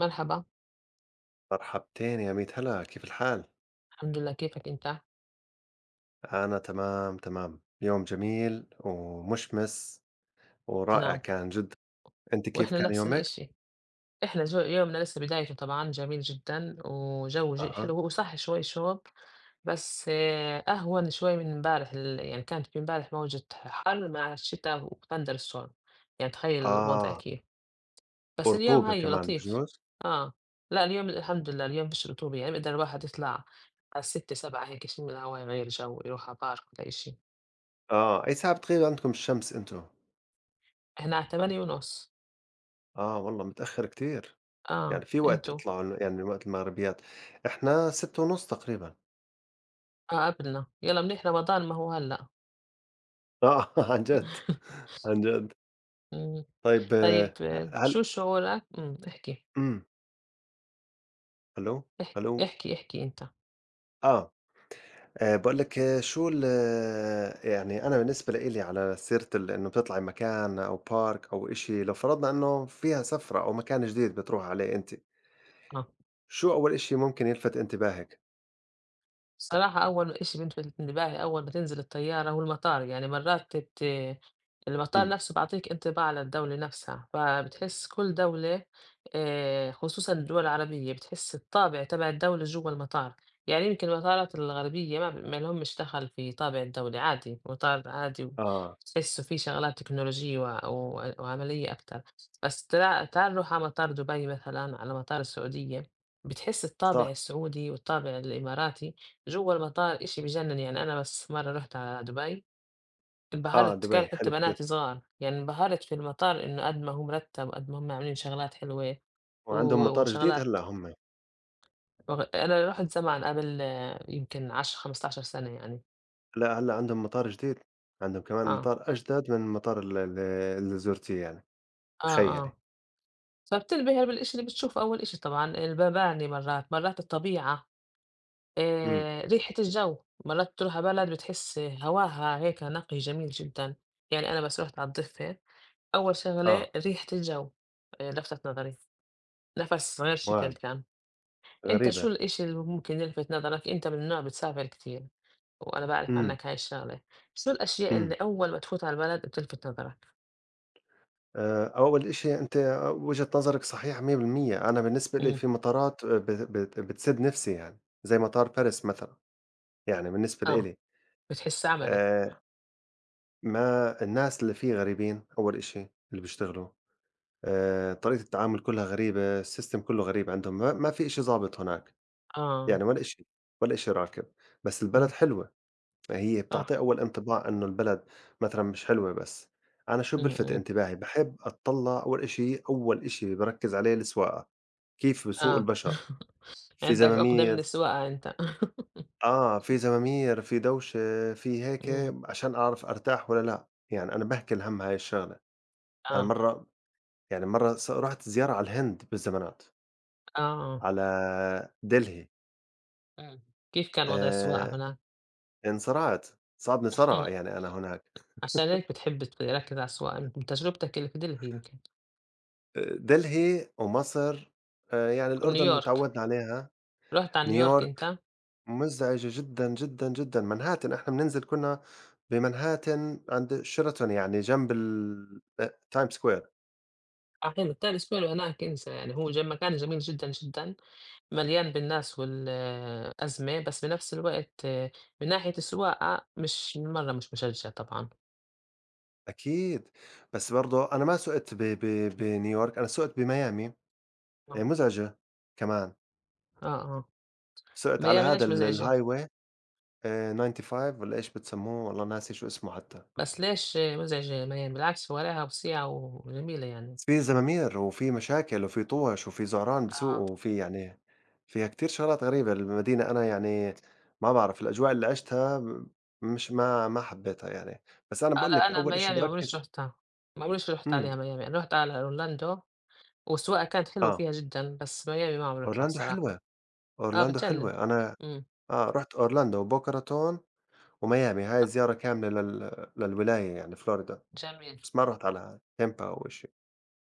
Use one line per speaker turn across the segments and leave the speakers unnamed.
مرحبا.
مرحبتين يا ميت هلا، كيف الحال؟
الحمد لله، كيفك أنت؟
أنا تمام تمام، يوم جميل ومشمس ورائع
نعم،
كان جدا. أنت كيف
وإحنا
كان
نفس
يومك؟
الإشي. إحنا جو يومنا لسه بدايته طبعا جميل جدا وجو جي
أها.
حلو، هو صح شوي شوب. بس أهون شوي من امبارح يعني كانت في امبارح موجة حر مع الشتاء وثندر ستورم. يعني تخيل الوضع
آه.
كيف. بس اليوم
ورطوبة
هيو
كمان
لطيف.
بجوز؟
آه. لا، اليوم الحمد لله اليوم مش رطوبة، يعني بقدر الواحد يطلع على ستة سبعة هيك يشم الهواء، يغير جو يروح على بارك ولا إشي.
آه، أي ساعة بتغيب عندكم الشمس أنتو؟
إحنا على تمانية ونص.
آه والله متأخر كتير، يعني
آه
في وقت
أنتو.
تطلعوا يعني وقت المغربيات. إحنا ستة ونص تقريبا.
آه قبلنا، يالّا منيح رمضان ما هو هلّأ.
آه عن جد. عن جد.
إمم،
طيب
طيب،
هل
شو شعورك احكِ،
أمم ألو. ألو.
احكِ، احكِ أنت.
آه. باقول لك آه، شو ال آه، يعني أنا بالنسبة لإلي، على سيرة إنه بتطلعي مكان أو park أو إشي، لو فرضنا إنه فيها سفرة أو مكان جديد بتروحي عليه أنتِ،
آه.
شو أول إشي ممكن يلفت انتباهِك؟
الصراحة أول إشي بيلفت انتباهي أول ما تنزل الطيارة هو المطار، يعني مرات المطار
إمم.
نفسه بيعطيك انطباع على الدولة نفسها، فبتحس كل دولة خصوصا الدول العربية بتحس الطابع تبع الدولة جوا المطار. يعني يمكن المطارات الغربية ما لهمش دخل في طابع الدولة، عادي مطار عادي،
آه.
وتحسه فيه شغلات تكنولوجية وع- و- وعملية أكتر. بس تعال نروح على مطار دبي مثلا، على مطار السعودية، بتحس الطابع
صح.
السعودي والطابع الإماراتي جوّه المطار. إشي بيجنّن. يعني أنا بس مرّة رُحت على دبي،
آه،
انبهرت، كانوا
دبي
حتى
حلو
بناتي
كتير،
صغار، يعني انبهرت في المطار إنه قد ما هو مرتّب وقد ما هم عاملين شغلات حلوة. و
وعندهم مطار جديد
وشغلات
هلأ هم.
وغ أنا رُحت زمان قبل يمكن 10، 15 سنة يعني.
لأ، هلأ عندهم مطار جديد، عندهم كمان
آه،
مطار أجدد من المطار ال ال اللي زُرتيه يعني.
آه،
تخيّلي.
آه. فبتنبهر بالإشي اللي بتشوفه أول إشي، طبعًا المباني مرّات، مرّات الطبيعة،
إمم.
ريحة الجو. مرّات بتروح على بلد بتحس هواها هيك نقي جميل جدًا. يعني أنا بس رُحت على الضفة، أول شغلة
آه.
ريحة الجو لفتت نظري، نَفَس غير
واو،
شكل كان. أنت شو
غريبة.
الإشي اللي ممكن يلفت نظرك؟ أنت من النوع بتسافر كتير، وأنا باعرف
إمم.
عنّك هاي الشغلة. شو الأشياء
إمم.
اللي أول ما تفوت على البلد بتلفت نظرك؟
أول إشي أنتِ وجهة نظرِك صحيحة 100%. أنا بالنسبة لي
إمم.
في مطارات بت بت بتسد نفسي يعني، زي مطار باريس مثلًا. يعني بالنسبة
آه،
لإلي
بتحسّها عملي.
آآ، ما الناس اللي فيه غريبين أول إشي اللي بيشتغلوا. طريقة التعامل كلها غريبة، الsystem كله غريب عندهم، ما في إشي ضابط هناك،
آه،
يعني ولا إشي، ولا إشي راكب، بس البلد
إمم،
حلوة. فهي
صح،
بتعطيه أول انطباع إنه البلد مثلًا مش حلوة بس. أنا شو
إمم،
بلفت
إمم،
انتباهي، باحب أتطلّع أول إشي، باركّز عليه السواقة، كيف بيسوقوا
آه.
البشر. في
عندك عُقدة من
زمامير.
السواقة أنت.
آه، في زمامير، في دوشة، في هيك،
إمم،
عشان أعرف أرتاح والّا لأ، يعني أنا باهكل هَم هاي الشغلة. أنا
آه،
مرّة يعني مرّة رُحت زيارة على الهند بالزمانات،
آه،
على دلهي.
إمم. كيف كان وضع السواقة
آآ،
هناك؟
انصرعت، صابني صرع يعني أنا هناك.
عشان هيك بتحب تركّز على السواقة، من تجربتك اللي في دلهي يمكن
دلهي ومصر، يعني الأردن
ونيويورك.
تعوّدنا عليها.
رُحت على نيويورك
نيويورك
أنت؟
مزعجة جدًا، جدًا، جدًا. منهاتن إحنا بننزل كُنّا بمنهاتن عند شيراتون يعني جنب ال أ تايم سكوير.
آه حلو، بتاع الأسبوع هناك انسى، يعني هو مكان جميل جدًا، جدًا، مليان بالناس والأزمة، بس بنفس الوقت، من ناحية السواقة مش مرّة مش مشجع طبعًا.
أكيد. بس برضه أنا ما سُقت ب ب بنيويورك، أنا سُقت بميامي.
آه،
مزعجة كمان.
آه. آه.
سُقت على
ميامي
هذا
ليش مزعجة؟
الhighway 95 والّا إيش بتسمّوه والله ناسي شو اسمه حتى.
بس ليش مزعجة ميامي؟ بالعكس شوارعها وسيعة وجميلة يعني.
في زمامير وفي مشاكل وفي طُوَش وفي زعران بسوقه
آه،
وفي يعني فيها كتير شغلات غريبة المدينة، أنا يعني ما باعرف الأجواء اللي عِشتها، م مش ما ما حبيتها يعني. بس أنا
آه
باقول
لأ،
لِك
أنا
أول إشي
ميامي ما عمريش
باركّز.
رُحتها، ما عمريش رُحت
إمم.
عليها ميامي، أنا رُحت على أورلاندو، والسواقة كانت حلوة
آه.
فيها جدًا، بس ميامي ما عمري رُحتها
أورلاندو حلوة.
بصراحة. آه
أورلاندو
بتجنن.
حلوة أنا
إمم،
آه، رُحت أورلاندو وبوكا راطون وميامي، هاي زيارة كاملة للولاية يعني فلوريدا.
جميل.
بس ما رُحت على تامبا أو إشي.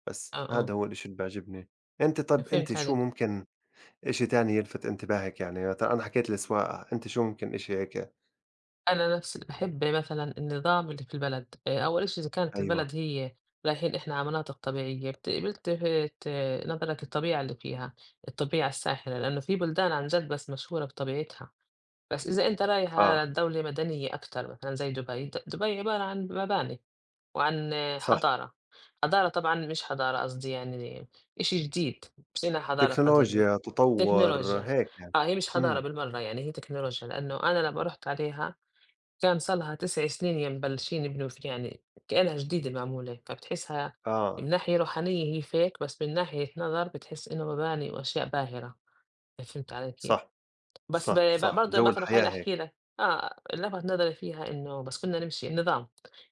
بس
آه،
هذا
آه.
هو الإشي اللي بيعجبني. أنتِ طَب أنتِ
فهمت
شو
عليك.
ممكن إشي تاني يلفت انتباهِك؟ يعني مثلًا أنا حكيت السواقة، أنتِ شو ممكن إشي هيك؟
أنا نفس باحب مثلًا النظام اللي في البلد. أول إشي إذا كانت
أيوه.
البلد هي رايحين إحنا على مناطق طبيعية بيلتفت نظرك الطبيعة اللي فيها، الطبيعة الساحرة، لأنه في بلدان عن جد بس مشهورة بطبيعتها. بس إذا أنت رايح
آه.
على دولة مدنية أكتر مثلًا زي دبي، دبي عبارة عن مباني، وعن
صح.
حضارة. حضارة طبعًا مش حضارة قصدي، يعني إشي جديد، مش إنها حضارة قديمة.
تكنولوجيا، تطوّر،
تكنولوجيا.
هيك يعني.
آه هي مش حضارة
إمم.
بالمرّة، يعني هي تكنولوجيا، لإنه أنا لمّا رُحت عليها كان صار لها 9 سنين يا مبلشين يبنوا في، يعني كإنها جديدة معمولة، فبتحسها
آه.
من ناحية روحانية هي fake، بس من ناحية نظر بتحس إنه مباني وأشياء باهرة، فهمت علي كيف؟
صح،
بس ب
صح،
ب
صح،
برضه
وجو
مثلًا
الحياة
خلّيني
هيك.
أحكي لك لفت نظري فيها إنه بس كُنّا نمشي النظام.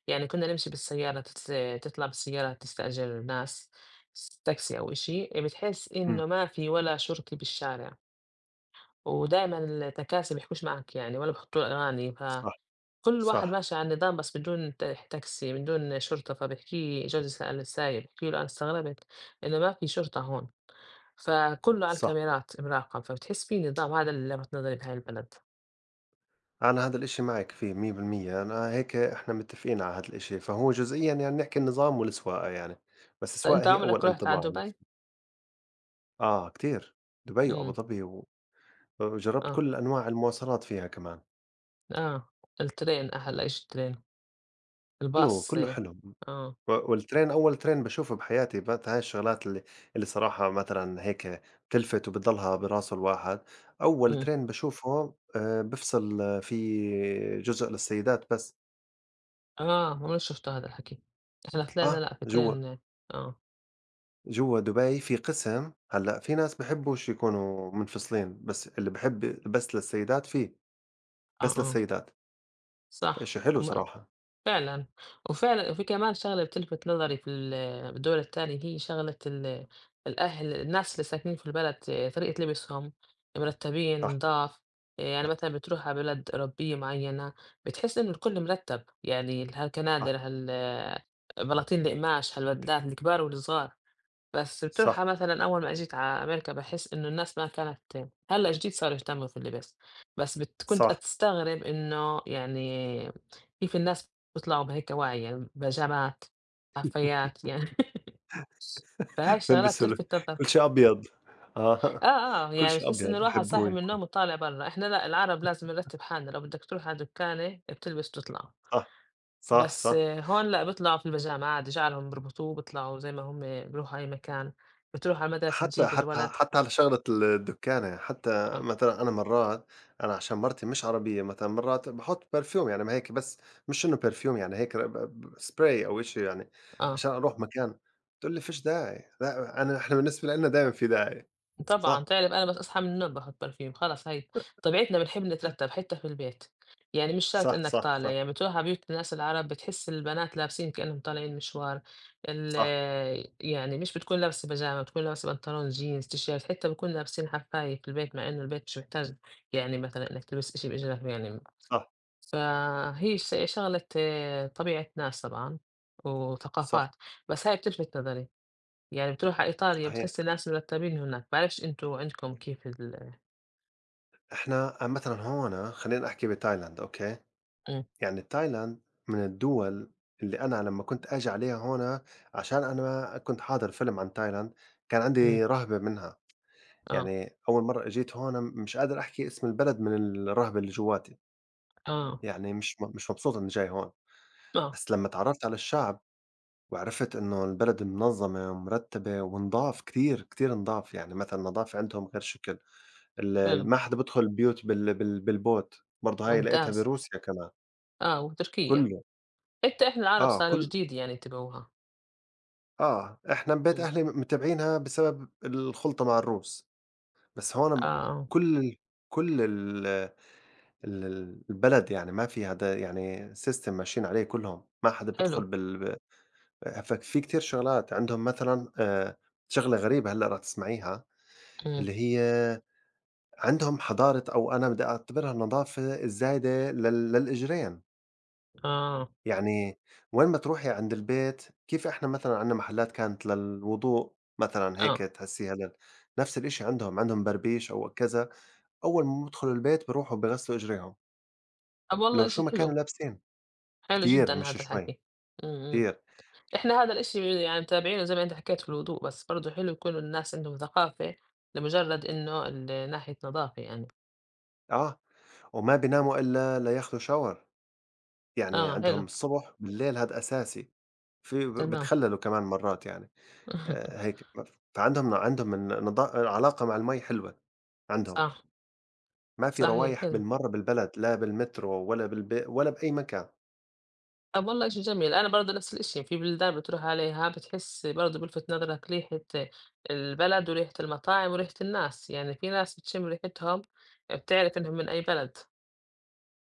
يعني كُنّا نمشي بالسيارة تطلع بالسيارة تستأجر ناس تاكسي أو إشي، بتحس
إمم.
إنه ما في ولا شرطي بالشارع، ودايمًا التكاسي بيحكوش معك يعني ولا بيحطّوا أغاني،
صح،
فكل واحد
صح،
ماشي على النظام، بس بدون تاكسي، بدون شرطة، فبيحكي جوزي سأل السايق بيحكي له أنا استغربت إنه ما في شرطة هون، فكُلّه على
صح.
الكاميرات مراقب، فبتحس في نظام، هذا اللي لفت نظري بهاي البلد.
أنا هذا الإشي معِك فيه 100%، أنا هيك إحنا متّفقين على هذا الإشي، فهو جزئيًا يعني نحكي النظام والسواقة يعني. بس
طيب
السواقة
أنت
هي أول
عمرك رُحت
انطباع
على
بالنسبة
دبي؟
لي. آه كتير، دبي وأبو
إمم،
ظبي و وجرّبت
آه،
كل أنواع المواصلات فيها كمان.
آه، الترين أحلى إشي الترين،
حلو،
الباص
كلّه
إيه.
حلو.
آه،
والترند، أول ترند باشوفه بحياتي بات، هاي الشغلات اللي صراحة مثلًا هيك بتلفت وبتضلها براسه الواحد. أول
إمم،
ترند باشوفه بافصل في جزء للسيدات بس.
آه، عمري شُفته هذا الحكي، إحنا طلعنا
آه،
لأ
جوا
بترين آه، آه،
جوا دبي في قسم هلأ، في ناس بحبوش يكونوا منفصلين، بس اللي بحب بس للسيدات في، بس
آه،
للسيدات.
صح،
فإشي حلو
م
صراحة.
فعلًا. وفعلًا وفي كمان شغلة بتلفت نظري في بالدول التانية، هي شغلة الأهل الناس اللي ساكنين في البلد إيه، طريقة لبسهم مرتبين،
صح،
نضاف. يعني
صح،
مثلًا بتروح على بلد أوروبية معينة بتحس إنه الكل مرتب، يعني
صح،
هالكنادر، هال بلاطين القماش، هالبدلات الكبار والصغار. بس بتروح
صح،
مثلًا أول ما جيت على أمريكا باحس إنه الناس ما كانت هلّأ جديد صاروا يهتموا في اللبس، بس كنت
صح.
أستغرب إنه يعني كيف الناس بيطلعوا بهيك وعي، يعني بيجامات، حفّيات يعني فهاي الشغلات
بيلبسوا
بتلفت نظر.
كل شي أبيض. آه
آه، آه،
كل
يعني
شي
بتحس
أبيض
إنه الواحد
بحبوا
صاحي
ي.
من النوم وطالع برّا، إحنا لأ العرب لازم نرتّب حالنا لو بدك تروح على دُكّانة بتلبس وتطلع.
صح، صح،
بس
صح.
هون لأ بيطلعوا في البيجامة عادي، شعرهم بيربطوه بيطلعوا زي ما هم بيروحوا أي مكان، بتروح على المدرسة
حتى
تجيب الولد.
على شغلة الدُّكّانة، حتى
آه.
مثلًا أنا مرّات، أنا عشان مرتي مش عربية مثلًا مرّات باحُط perfume، يعني ما هيك بس، مش إنه perfume يعني هيك ب ب spray أو إشي يعني
آه،
عشان أروح مكان. بتقول لي: "فيش داعي." لأ، أنا إحنا بالنسبة لإلنا دايمًا في داعي.
طبعًا
صح،
تعرف أنا بس أصحى من النوم باخد برفيوم، خلص هاي طبيعتنا بنحب نترتّب حتى في البيت، يعني مش شرط
صح،
إنك
صح،
طالع،
صح،
يعني بتروح على بيوت الناس العرب بتحس البنات لابسين كإنهم طالعين مشوار. ال
صح،
يعني مش بتكون لابسة بيجامة، بتكون لابسة بنطلون جينز، تيشيرت، حتى بيكون لابسين حفاية في البيت، مع إنه البيت مش محتاج، يعني مثلًا إنك تلبس إشي بإجرك يعني.
صح،
فهي شغلة طبيعة ناس طبعًا
صح.
وثقافات، بس هاي بتلفت نظري. يعني بتروح على إيطاليا
صحيح.
بتحسّي الناس مرتّبين هناك، باعرفش أنتم عندكم كيف ال.
إحنا مثلًا هون خلّيني أحكي بتايلاند، أوكي؟
إمم،
يعني تايلاند من الدول اللي أنا لمّا كنت آجي عليها هُنا، عشان أنا كنت حاضر فيلم عن تايلاند، كان
إمم،
عندي رهبة منها.
آه،
يعني أول مرّة أجيت هون مش قادر أحكي اسم البلد من الرهبة اللي جوّاتي،
آه،
يعني مش مبسوط إنّي جاي هون.
آه،
بس لمّا اتعرّفت على الشعب وعرفت إنه البلد منظّمة ومرتّبة ونضاف كتير، كتير نضاف، يعني مثلًا النضافة عندهم غير شكل. ال
حلو،
ال ما حدا بيدخل البيوت بالبوت، برضه هاي لقيتها
ممتاز،
بروسيا كمان.
آه، وتركيا،
كلّه.
حتى إحنا العرب
آه.
صاروا جديد يعني يتبعوها.
آه، إحنا بيت
إمم،
أهلي متابعينها بسبب الخلطة مع الروس. بس
آه،
هون
آه،
كل ال كل ال ال ال- البلد يعني ما فيها ده، يعني system ماشيين عليه كلهم، ما حدا
حلو،
بيدخل بال ب ففي كتير شغلات عندهم مثلًا، شغلة غريبة هلأ رح تسمعيها،
إمم،
اللي هي عندهم حضارة، أو أنا بدي أعتبرها النضافة الزايدة للإجرين.
آه،
يعني وين ما تروحي عند البيت، كيف إحنا مثلًا عندنا محلات كانت للوضوء مثلًا هيك
آه،
تحسّيها لل، نفس الإشي عندهم، عندهم بربيش أو كذا، أول ما بيدخلوا البيت بيروحوا بيغسلوا إجريهم،
طب والله
لو شو
إشي
ما كانوا
حلو،
لابسين.
حلو جدًا
كتير مش
هذا
شوي،
الحكي، إمم، إمم.
كتير.
إحنا هذا الإشي يعني متابعينه زي ما أنت حكيت في الهدوء، بس برضه حلو يكون الناس عندهم ثقافة لمجرّد إنه ال ناحية نضافة يعني.
آه، وما بيناموا إلا لياخدوا shower، يعني
آه،
عندهم
حلو،
الصبح، بالليل هاد أساسي. في
تمام،
بيتخلّلوا كمان مرات يعني. هيك. فعندهم الن نضا العلاقة مع المي حلوة عندهم.
صح،
ما في
صحيح،
روايح
حلو.
بالمرّة بالبلد، لا بالمترو ولا بالب ولا بأي مكان.
طب والله شيء جميل، أنا برضه نفس الإشي، في بلدان بتروح عليها بتحس برضه بيلفت نظرك ريحة البلد وريحة المطاعم وريحة الناس، يعني في ناس بتشم ريحتهم بتعرف إنهم من أي بلد،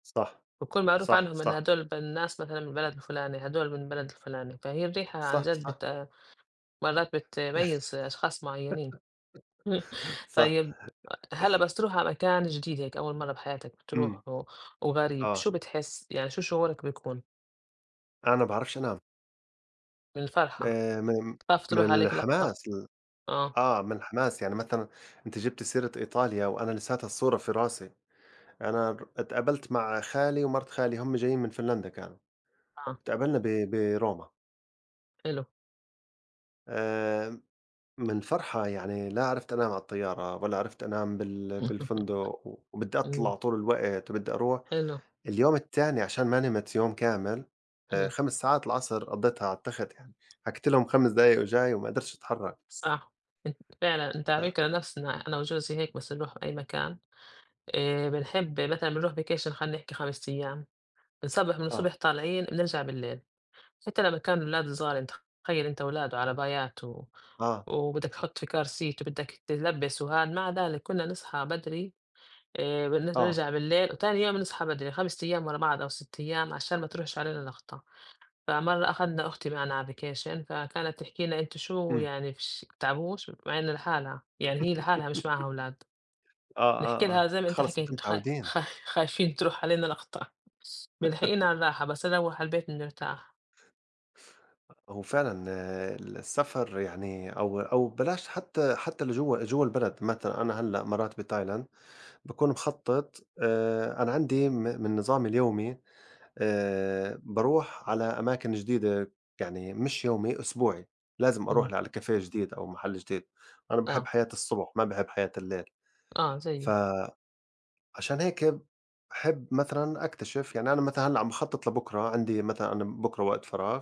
صح،
بيكون معروف
صح،
عنهم إن
صح،
هدول ب- الناس مثلا من البلد الفلاني، هدول من البلد الفلاني، فهي الريحة عن
صح،
جد
صح.
بت... مرات بتميز أشخاص معينين.
صح.
طيب، هلا بس تروح على مكان جديد هيك أول مرة بحياتك
إمم.
بتروح و... وغريب،
آه.
شو بتحس؟ يعني شو شعورك بيكون؟
أنا باعرفش أنام.
من الفرحة؟
آآ، من
خاف
من
تروح عليك لقطة.
الحماس
آه.
آه، من الحماس يعني مثلًا، أنتِ جبتِ سيرة إيطاليا وأنا لساتها الصورة في راسي. أنا ر اتقابلت مع خالي ومرت خالي، هم جايين من فنلندا كانوا،
آه،
اتقابلنا بروما.
حلو.
آآ، من فرحة يعني لا عرفت أنام على الطيارة ولا عرفت أنام بالفندق، وبدّي
إمم،
أطلع طول الوقت وبدّي أروح.
حلو،
اليوم التاني عشان ما نمت يوم كامل،
إمم،
5 ساعات العصر قضيتها على التخت يعني، حكيت لهم 5 دقايق وجاي وما قدرتش أتحرك.
صح. أنت فعلًا، أنت
ف.
على فكرة نَفْسنا أنا وجوزي هيك، بس نروح أي مكان بنحب مثلًا بنروح vacation خلّينا نحكي 5 أيام، بنصبّح من
آه،
الصبح طالعين بنرجع بالليل. حتى لمّا كانوا الولاد صغار أنت تخيّل أنت أولاد وعربايات و
آه،
وبدّك تحُط في كار سيت وبدّك تلبّس وهاد، مع ذلك كُنّا نصحى بدري، بن
آه.
نرجع بالليل وتاني يوم نصحى بدري 5 أيام ورا بعض أو 6 أيام عشان ما تروحش علينا لغطة. فمرّة أخدنا أختي معنا على vacation فكانت تحكي لنا أنتم شو
إمم.
يعني فيش بتتعبوش؟ مع إنها لحالها، يعني هي لحالها مش معاها أولاد.
آه،
نحكي
آه، آه،
لها زي ما أنت
خلص أنتم
حكيت خا
متعودين.
خا خايفين تروح علينا لقطة، ملحقينا على الراحة بس نروّح على البيت بنرتاح.
هو فعلًا آه، السفر يعني، أو أو بلاش حتى لجوّا البلد، مثلًا أنا هلأ مرات بتايلاند باكون مخطط. أنا عندي من نظامي اليومي، باروح على أماكن جديدة، يعني مش يومي، أسبوعي، لازم
إمم،
أروح على كافيه جديد أو محل جديد. أنا باحب
آه،
حياة الصبح، ما باحب حياة الليل.
آه
ف.
زيي،
عشان هيك باحب مثلًا أكتشف. يعني أنا مثلًا هلّأ عم باخطط لبكرة، عندي مثلًا أنا بكرة وقت فراغ،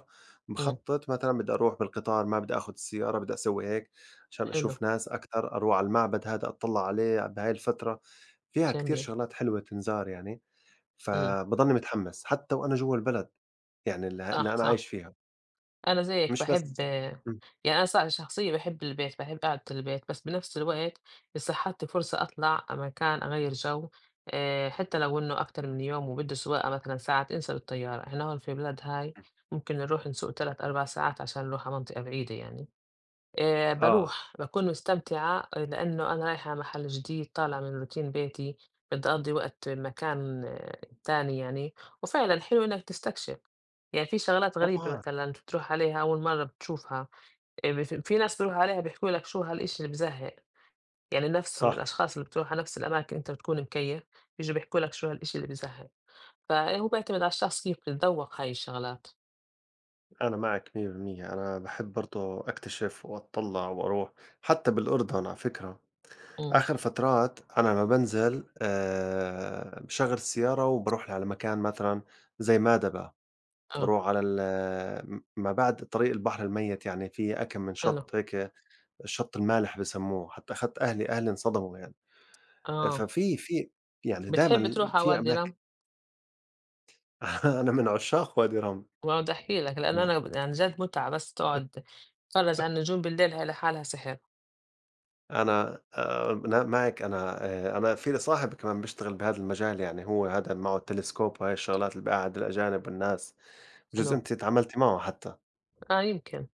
إمم،
مخطط مثلًا بدي أروح بالقطار، ما بدي آخُد السيارة، بدي أسوي هيك، عشان
حلو،
أشوف ناس أكتر، أروح على المعبد هذا أتطلّع عليه بهاي الفترة، فيها كتير
جميل،
شغلات حلوة تنزار يعني.
إمم،
فباضلني متحمس حتى وأنا جوّا البلد، يعني اللي
صح،
أنا
صح.
عايش فيها.
أنا زيك
مش بس.
باحب،
إمم.
يعني أنا صراحة شخصية باحب البيت، باحب قعدة البيت، بس بنفس الوقت إذا صحتني فرصة أطلع مكان أغيّر جو. حتى لو إنه أكتر من يوم وبده سواقة مثلًا ساعات، انسى بالطيارة، إحنا هون في البلاد هاي ممكن نروح نسوق 3، 4 ساعات عشان نروح على منطقة بعيدة يعني.
آه.
باروح، باكون مستمتعة لإنه أنا رايحة محل جديد، طالعة من روتين بيتي، بدي أقضي وقت مكان تاني يعني. وفعلًا حلو إنك تستكشف، يعني في شغلات غريبة
طبعًا.
مثلًا بتروح عليها أول مرة بتشوفها. بف في ناس بيروحوا عليها بيحكوا لك شو هالإشي اللي بزهق، يعني نفسهم
صح.
الأشخاص اللي بتروح على نفس الأماكن أنت بتكون مكيّف، بييجوا بيحكوا لك شو هالإشي اللي بزهق، فهو بيعتمد على الشخص كيف بيتذوق هاي الشغلات.
أنا معك 100%، أنا باحب برضه أكتشف وأتطلّع وأروح. حتى بالأردن على فكرة،
إمم،
آخر فترات أنا لمّا بانزل باشغّل السيارة وباروح على مكان مثلًا زي مادبا،
آه،
باروح على ال م ما بعد طريق البحر الميت، يعني في أكم من
حلو،
شَط هيك، الشَط المالح بسمّوه. حتى أخدت أهلي، أهلي انصدموا يعني.
آه،
ففي يعني
بتحب
دايمًا
تروح على
في
وادي
أماكن.
رم؟
أنا من عشاق وادي رَم.
ما باحكي لك، لإن أنا يعني جد مُتعة بس تقعد تتفرّج على النجوم بالليل هي لحالها سحر.
أنا معِك. أنا في لي صاحب كمان بيشتغل بهذا المجال، يعني هو هذا معه التلسكوب وهاي الشغلات اللي بيقعّد الأجانب والناس. بجوز
حلو.
أنتِ اتعاملتِ معه حتّى.
آه يمكن.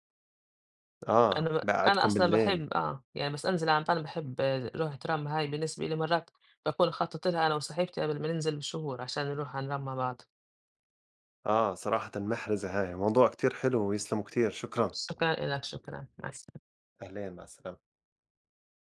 آه،
أنا
بيقعّدكم
أصلًا
بالليل.
باحب يعني بس أنزل على البحر باحب روحة رَمّ، هاي بالنسبة إلي مرات باكون خطّطت لها أنا وصاحبتي قبل ما ننزل بشهور عشان نروح على نرَمّى مع بعض.
آه، صراحةً محرزة هاي، موضوع كتير حلو ويسلموا كتير، شكرًا.
شكرًا إلك، شكرًا، مع الس
أهلين، مع السلامة.